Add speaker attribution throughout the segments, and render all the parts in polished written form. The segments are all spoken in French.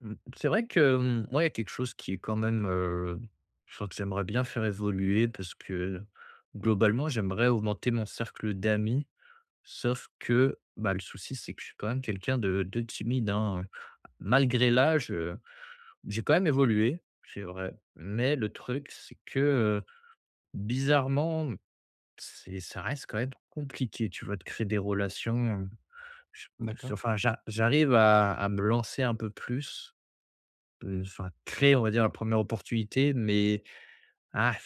Speaker 1: Mmh, c'est vrai que, moi, il y a quelque chose qui est quand même, je enfin, que j'aimerais bien faire évoluer parce que, globalement, j'aimerais augmenter mon cercle d'amis. Sauf que, bah, le souci, c'est que je suis quand même quelqu'un de timide, hein, malgré l'âge, j'ai quand même évolué, c'est vrai. Mais le truc, c'est que, bizarrement, c'est ça reste quand même compliqué, tu vois, de créer des relations, je
Speaker 2: D'accord.
Speaker 1: enfin, j'a j'arrive à me lancer un peu plus. Enfin, très, on va dire, la première opportunité, mais ah,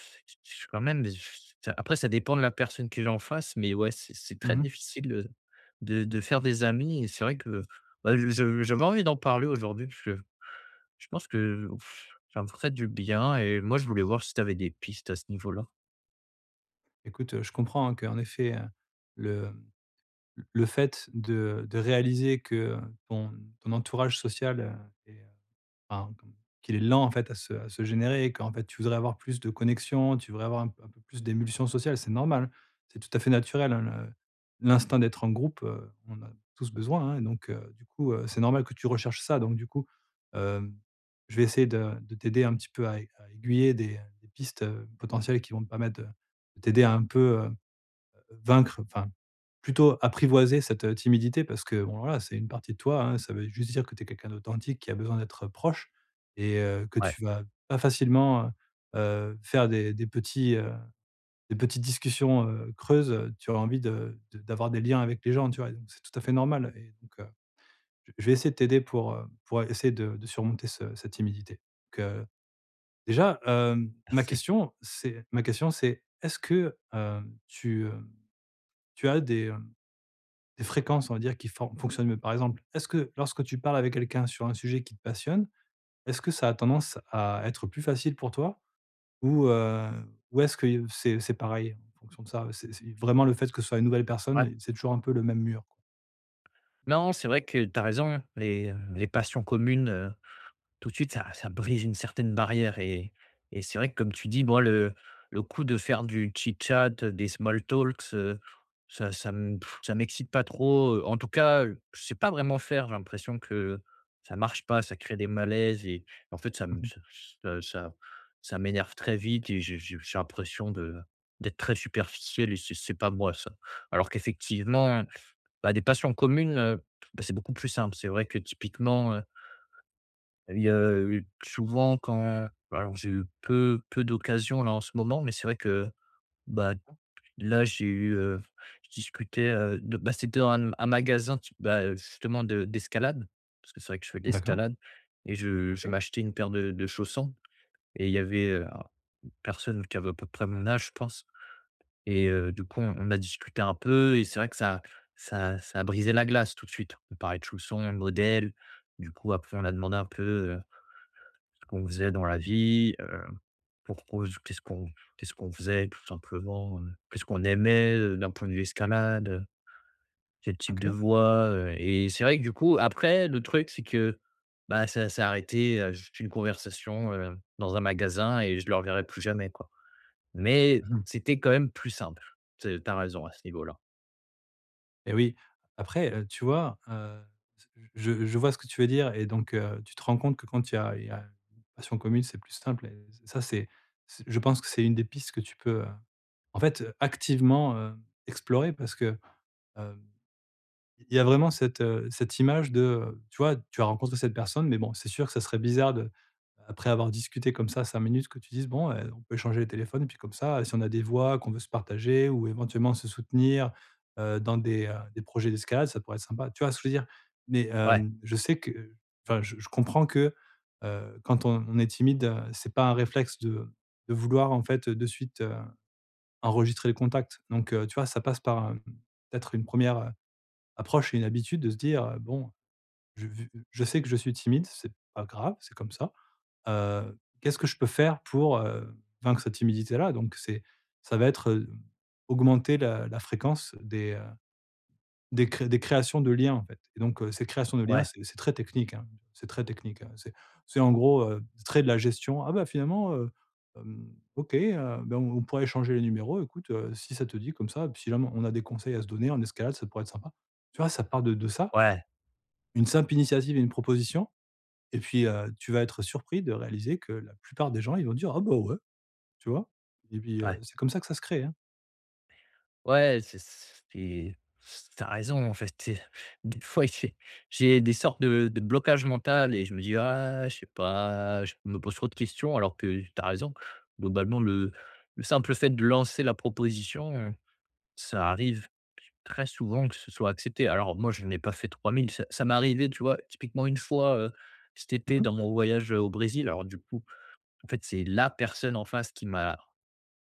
Speaker 1: je- quand même, je- ça, après ça dépend de la personne que j'ai en face, mais ouais, c'est très
Speaker 2: Mmh.
Speaker 1: difficile, de faire des amis. Et c'est vrai que, bah, je j'avais envie d'en parler aujourd'hui parce que je pense que ça me ferait du bien, et moi, je voulais voir si tu avais des pistes à ce niveau-là.
Speaker 2: Écoute, je comprends, hein, qu'en effet, le le fait de réaliser que ton ton entourage social, est Enfin, comme qu'il est lent, en fait, à se générer, qu'en fait, tu voudrais avoir plus de connexions, tu voudrais avoir un peu plus d'émulsion sociale. C'est normal, c'est tout à fait naturel, hein, le l'instinct d'être en groupe, on a tous besoin, hein, et donc du coup, c'est normal que tu recherches ça. Donc du coup, hem, je vais essayer de t'aider un petit peu à aiguiller des pistes, potentielles qui vont te permettre de t'aider à un peu, vaincre, enfin, plutôt apprivoiser cette, timidité parce que, bon, voilà, c'est une partie de toi, hein. Ça veut juste dire que tu es quelqu'un d'authentique qui a besoin d'être proche et que
Speaker 1: Ouais,
Speaker 2: tu vas pas facilement, faire des petites discussions, creuses. Tu auras envie de d'avoir des liens avec les gens, tu vois? Et donc c'est tout à fait normal et donc je vais essayer de t'aider pour essayer de surmonter ce cette timidité. Donc déjà, ma
Speaker 1: merci.
Speaker 2: question, c'est, est-ce que, tu, tu as des fréquences, on va dire, qui fonctionnent mieux. Par exemple, est-ce que lorsque tu parles avec quelqu'un sur un sujet qui te passionne, est-ce que ça a tendance à être plus facile pour toi ou heu, ou est-ce que c'est pareil en fonction de ça? C'est vraiment le fait que ce soit une nouvelle
Speaker 1: Ouais.
Speaker 2: personne, c'est toujours un peu le même mur, quoi?
Speaker 1: Non, c'est vrai que tu as raison, les passions communes, tout de suite, ça brise une certaine barrière. Et c'est vrai que comme tu dis, moi le coup de faire du chit-chat, des small talks, ça m'excite pas trop, en tout cas, je sais pas vraiment faire. J'ai l'impression que ça marche pas, ça crée des malaises. Et en fait ça me
Speaker 2: Mmh.
Speaker 1: ça ça ça m'énerve très vite, et j'ai l'impression de d'être très superficiel, et c'est pas moi ça. Alors qu'effectivement, bah, des passions communes, bah, c'est beaucoup plus simple. C'est vrai que typiquement, il y a, souvent quand, alors j'ai eu peu d'occasions là en ce moment, mais c'est vrai que, bah,
Speaker 2: D'accord.
Speaker 1: là j'ai eu, je discutais, de bah, c'était dans un magasin, tu bah, justement de d'escalade, parce que c'est vrai que je fais de
Speaker 2: D'accord.
Speaker 1: l'escalade. Et je
Speaker 2: OK.
Speaker 1: m'achetais une paire de chaussons. Et il y avait, une personne qui avait à peu près mon âge, je pense. Et du coup, on a discuté un peu, et c'est vrai que ça a brisé la glace tout de suite. On parlait de chaussons, de modèle. Du coup, après on a demandé un peu, qu'on faisait dans la vie, pourquoi qu'est-ce qu'on qu'on faisait, tout simplement, qu'est-ce qu'on aimait, d'un point de vue escalade, quel type de
Speaker 2: OK.
Speaker 1: voix, et c'est vrai que du coup après le truc c'est que, bah, ça s'est arrêté à juste une conversation, dans un magasin, et je ne le reverrai plus jamais quoi. Mais
Speaker 2: Mmh.
Speaker 1: c'était quand même plus simple. Tu as raison à ce niveau-là.
Speaker 2: Et oui, après, tu vois, je vois ce que tu veux dire et donc tu te rends compte que quand il y a une passion commune, c'est plus simple et ça, c'est je pense que c'est une des pistes que tu peux, en fait, activement, explorer parce que, heu, il y a vraiment cette, image de, tu vois, tu as rencontré cette personne, mais bon, c'est sûr que ça serait bizarre de après avoir discuté comme ça 5 minutes que tu dises: «Bon, on peut échanger les téléphones» puis comme ça, si on a des voix qu'on veut se partager ou éventuellement se soutenir, dans des projets d'escalade, ça pourrait être sympa. Tu vois ce que je veux dire? Mais,
Speaker 1: Ouais,
Speaker 2: je sais que enfin, je comprends que, quand on est timide, c'est pas un réflexe de vouloir en fait, de suite, enregistrer les contacts. Donc, tu vois, ça passe par, peut-être une première re approche et une habitude de se dire, «Bon, je sais que je suis timide, c'est pas grave, c'est comme ça. Qu'est-ce que je peux faire pour, vaincre cette timidité-là?» donc c'est ça va être, augmenter la fréquence des créations de liens, en fait et donc ces créations de liens,
Speaker 1: ouais,
Speaker 2: c'est très technique, hein. C'est très technique, hein. C'est en gros, très de la gestion. «Ah bah, finalement, OK, ben, on pourrait échanger les numéros. Écoute, si ça te dit comme ça, puis si jamais on a des conseils à se donner en escalade, ça pourrait être sympa». Tu vois? Ça part de ça,
Speaker 1: ouais,
Speaker 2: une simple initiative et une proposition et puis, tu vas être surpris de réaliser que la plupart des gens, ils vont dire: «Ah bah, ouais», tu vois? Et puis,
Speaker 1: ouais.
Speaker 2: c'est comme ça que ça se crée, hein.
Speaker 1: Ouais, c'est tu raison, en fait, c'est des fois, j'ai des sortes de blocages mental et je me dis: «Ah, je sais pas, je me pose trop de questions», alors que t'as raison. Globalement, le simple fait de lancer la proposition, ça arrive très souvent que ce soit accepté. Alors moi, je n'ai pas fait 3000. Ça m'est arrivé, tu vois? Typiquement, une fois, cet
Speaker 2: Mmh
Speaker 1: été,
Speaker 2: mh.
Speaker 1: dans mon voyage, au Brésil, alors du coup, en fait, c'est la personne en face qui m'a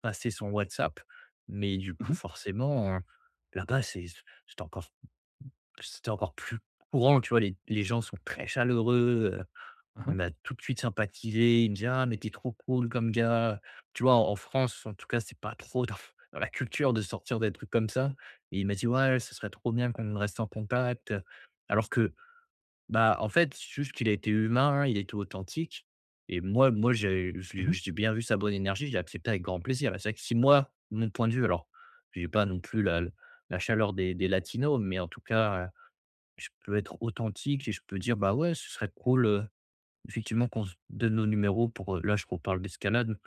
Speaker 1: passer son WhatsApp, mais du coup,
Speaker 2: Mmh.
Speaker 1: forcément, là-bas, c'était encore c'était encore plus courant, tu vois? Les gens sont très chaleureux,
Speaker 2: Mmh.
Speaker 1: on a tout de suite sympathisé. Il me dit: «Ah, mais t'es trop cool comme gars». Tu vois? En France, en tout cas, c'est pas trop dans la culture de sortir des trucs comme ça. Et il m'a dit: «Ouais, ce serait trop bien qu'on reste en contact», alors que bah, en fait, c'est juste qu'il a été humain, hein, il a été authentique. Et j'ai j'ai
Speaker 2: Mmh.
Speaker 1: j'ai bien vu sa bonne énergie, j'ai accepté avec grand plaisir. Bah, c'est vrai que si moi, mon point de vue alors, j'ai pas non plus la chaleur des latinos, mais en tout cas, je peux être authentique et je peux dire: «Bah, ouais, ce serait cool, effectivement qu'on se donne nos numéros pour», là, je reparle d'escalade,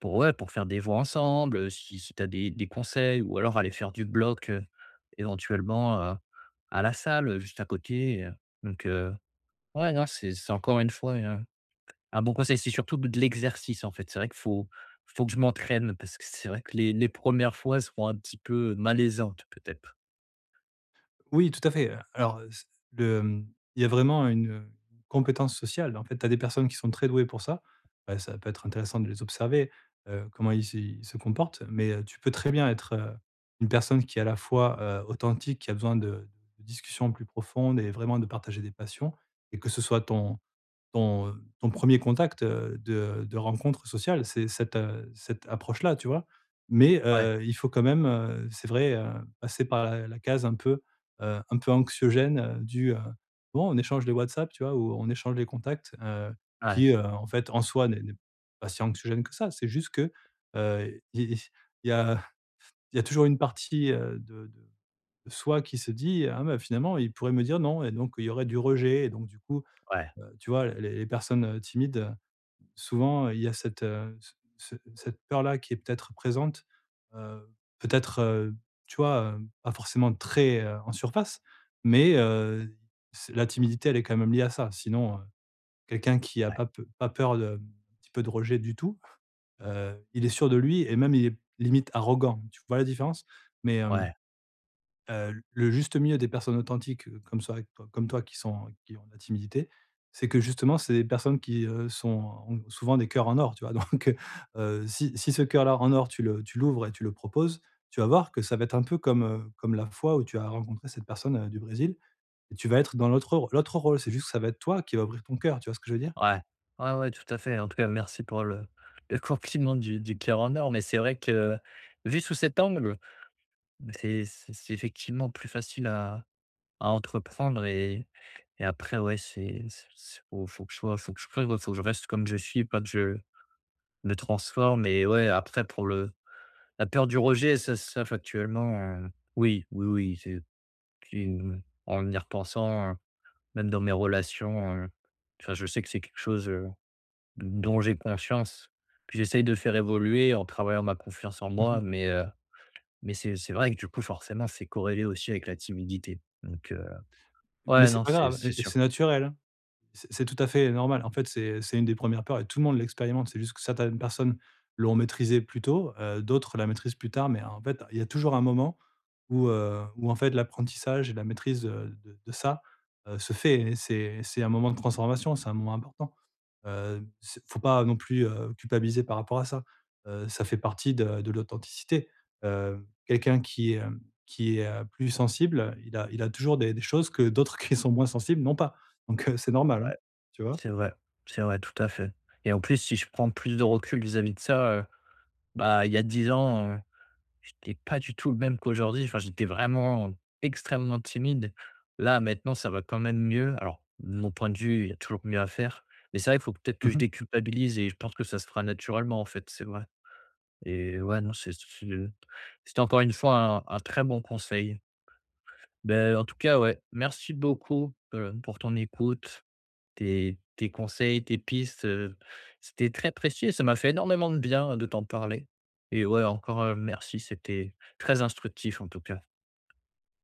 Speaker 1: «pour, ouais, pour faire des voix ensemble, si tu as des conseils, ou alors aller faire du bloc, éventuellement, à la salle, juste à côté», donc heu Ouais, non, c'est encore une fois, un bon conseil. C'est surtout de l'exercice, en fait. C'est vrai qu'il faut que je m'entraîne parce que c'est vrai que les premières fois seront un petit peu malaisantes, peut-être.
Speaker 2: Oui, tout à fait. Le, hem, il y a vraiment une, compétence sociale. En fait, tu as des personnes qui sont très douées pour ça. Bah, ça peut être intéressant de les observer, comment ils se comportent, mais, tu peux très bien être, une personne qui est à la fois, authentique, qui a besoin de discussions plus profondes et vraiment de partager des passions et que ce soit ton 1 contact, de rencontre sociale. C'est cette approche-là, tu vois? Mais,
Speaker 1: Ouais,
Speaker 2: il faut quand même, c'est vrai, passer par la case un peu anxiogène, du, bon, on échange les WhatsApp, tu vois? Ou on échange les contacts,
Speaker 1: ouais,
Speaker 2: qui, en fait, en soi, n'est pas si anxiogène que ça. C'est juste que, il il y a il y a toujours une partie, de soi qui se dit: «Ah, bah, finalement, il pourrait me dire non» et donc il y aurait du rejet et donc du coup,
Speaker 1: ouais,
Speaker 2: Tu vois, les personnes, timides, souvent, il y a cette peur-là qui est peut-être présente, heu, peut-être, tu vois, pas forcément très, en surface, mais c'est la timidité, elle est quand même liée à ça. Sinon, quelqu'un qui n'a
Speaker 1: ouais,
Speaker 2: pas peu pas peur de un petit peu de rejet du tout, il est sûr de lui et même il est limite arrogant. Tu vois la différence? Mais hem
Speaker 1: ouais,
Speaker 2: Le juste milieu des personnes authentiques, comme toi qui ont de la timidité, c'est que justement c'est des personnes qui, sont ont souvent des cœurs en or, tu vois? Donc, si ce cœur-là en or tu l'ouvres et tu le proposes, tu vas voir que ça va être un peu comme, comme la fois où tu as rencontré cette personne, du Brésil et tu vas être dans l'autre rôle. C'est juste que ça va être toi qui va ouvrir ton cœur, tu vois ce que je veux dire?
Speaker 1: ouais. Ouais, ouais, tout à fait. En tout cas, merci pour le compliment du cœur en or, mais c'est vrai que, vu sous cet angle, c'est effectivement plus facile à entreprendre. Et après, ouais, c'est faut faut que je sois, faut que je crée, faut que je reste comme je suis, pas que je me transforme. Et ouais, après pour le la peur du rejet, ça factuellement, oui, oui, oui, c'est une, en y repensant, même dans mes relations, enfin, je sais que c'est quelque chose, dont j'ai conscience. Puis j'essaye de faire évoluer en travaillant ma confiance en
Speaker 2: Mmh.
Speaker 1: moi, mais mais c'est vrai que du coup, forcément, c'est corrélé aussi avec la timidité. Donc,
Speaker 2: Mais
Speaker 1: ouais,
Speaker 2: c'est
Speaker 1: non,
Speaker 2: pas
Speaker 1: c'est
Speaker 2: grave
Speaker 1: c'est
Speaker 2: et c'est
Speaker 1: sûr.
Speaker 2: naturel, hein. C'est tout à fait normal. En fait, c'est une des premières peurs et tout le monde l'expérimente. C'est juste que certaines personnes l'ont maîtrisée plus tôt, d'autres la maîtrisent plus tard, mais en fait, il y a toujours un moment où en fait l'apprentissage et la maîtrise, de ça, se fait et c'est un moment de transformation, c'est un moment important. C'est faut pas non plus, culpabiliser par rapport à ça. Ça fait partie de l'authenticité. Quelqu'un qui, qui est, plus sensible, il a toujours des choses que d'autres qui sont moins sensibles n'ont pas. Donc c'est normal, hein,
Speaker 1: Ouais,
Speaker 2: tu vois?
Speaker 1: c'est vrai, c'est vrai, tout à fait. Et en plus, si je prends plus de recul vis-à-vis de ça, bah, il y a 10 ans, j'étais pas du tout le même qu'aujourd'hui. Enfin, j'étais vraiment extrêmement timide. Là, maintenant, ça va quand même mieux. Alors, de mon point de vue, il y a toujours mieux à faire. Mais c'est vrai qu'il faut peut-être que
Speaker 2: Mmh
Speaker 1: je
Speaker 2: mh.
Speaker 1: déculpabilise, et je pense que ça se fera naturellement, en fait, c'est vrai. Et ouais, non, c'est c'était encore une fois un très bon conseil. Ben en tout cas, ouais, merci beaucoup, pour ton écoute, tes conseils, tes pistes, c'était très précieux, ça m'a fait énormément de bien de t'en parler. Et ouais, encore, merci, c'était très instructif, en tout cas.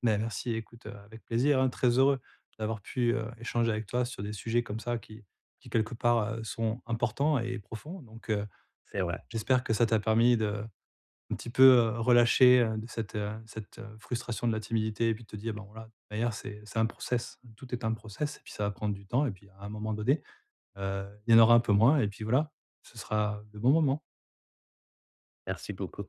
Speaker 2: Merci, écoute, avec plaisir, hein, très heureux d'avoir pu, échanger avec toi sur des sujets comme ça qui quelque part, sont importants et profonds. Donc
Speaker 1: C'est vrai.
Speaker 2: j'espère que ça t'a permis de un petit peu, relâché, de frustration de la timidité et puis de te dire: «Bon voilà, de toute manière c'est un process, tout est un process et puis ça va prendre du temps et puis à un moment donné, il y en aura un peu moins et puis voilà, ce sera le bon moment».
Speaker 1: Merci beaucoup.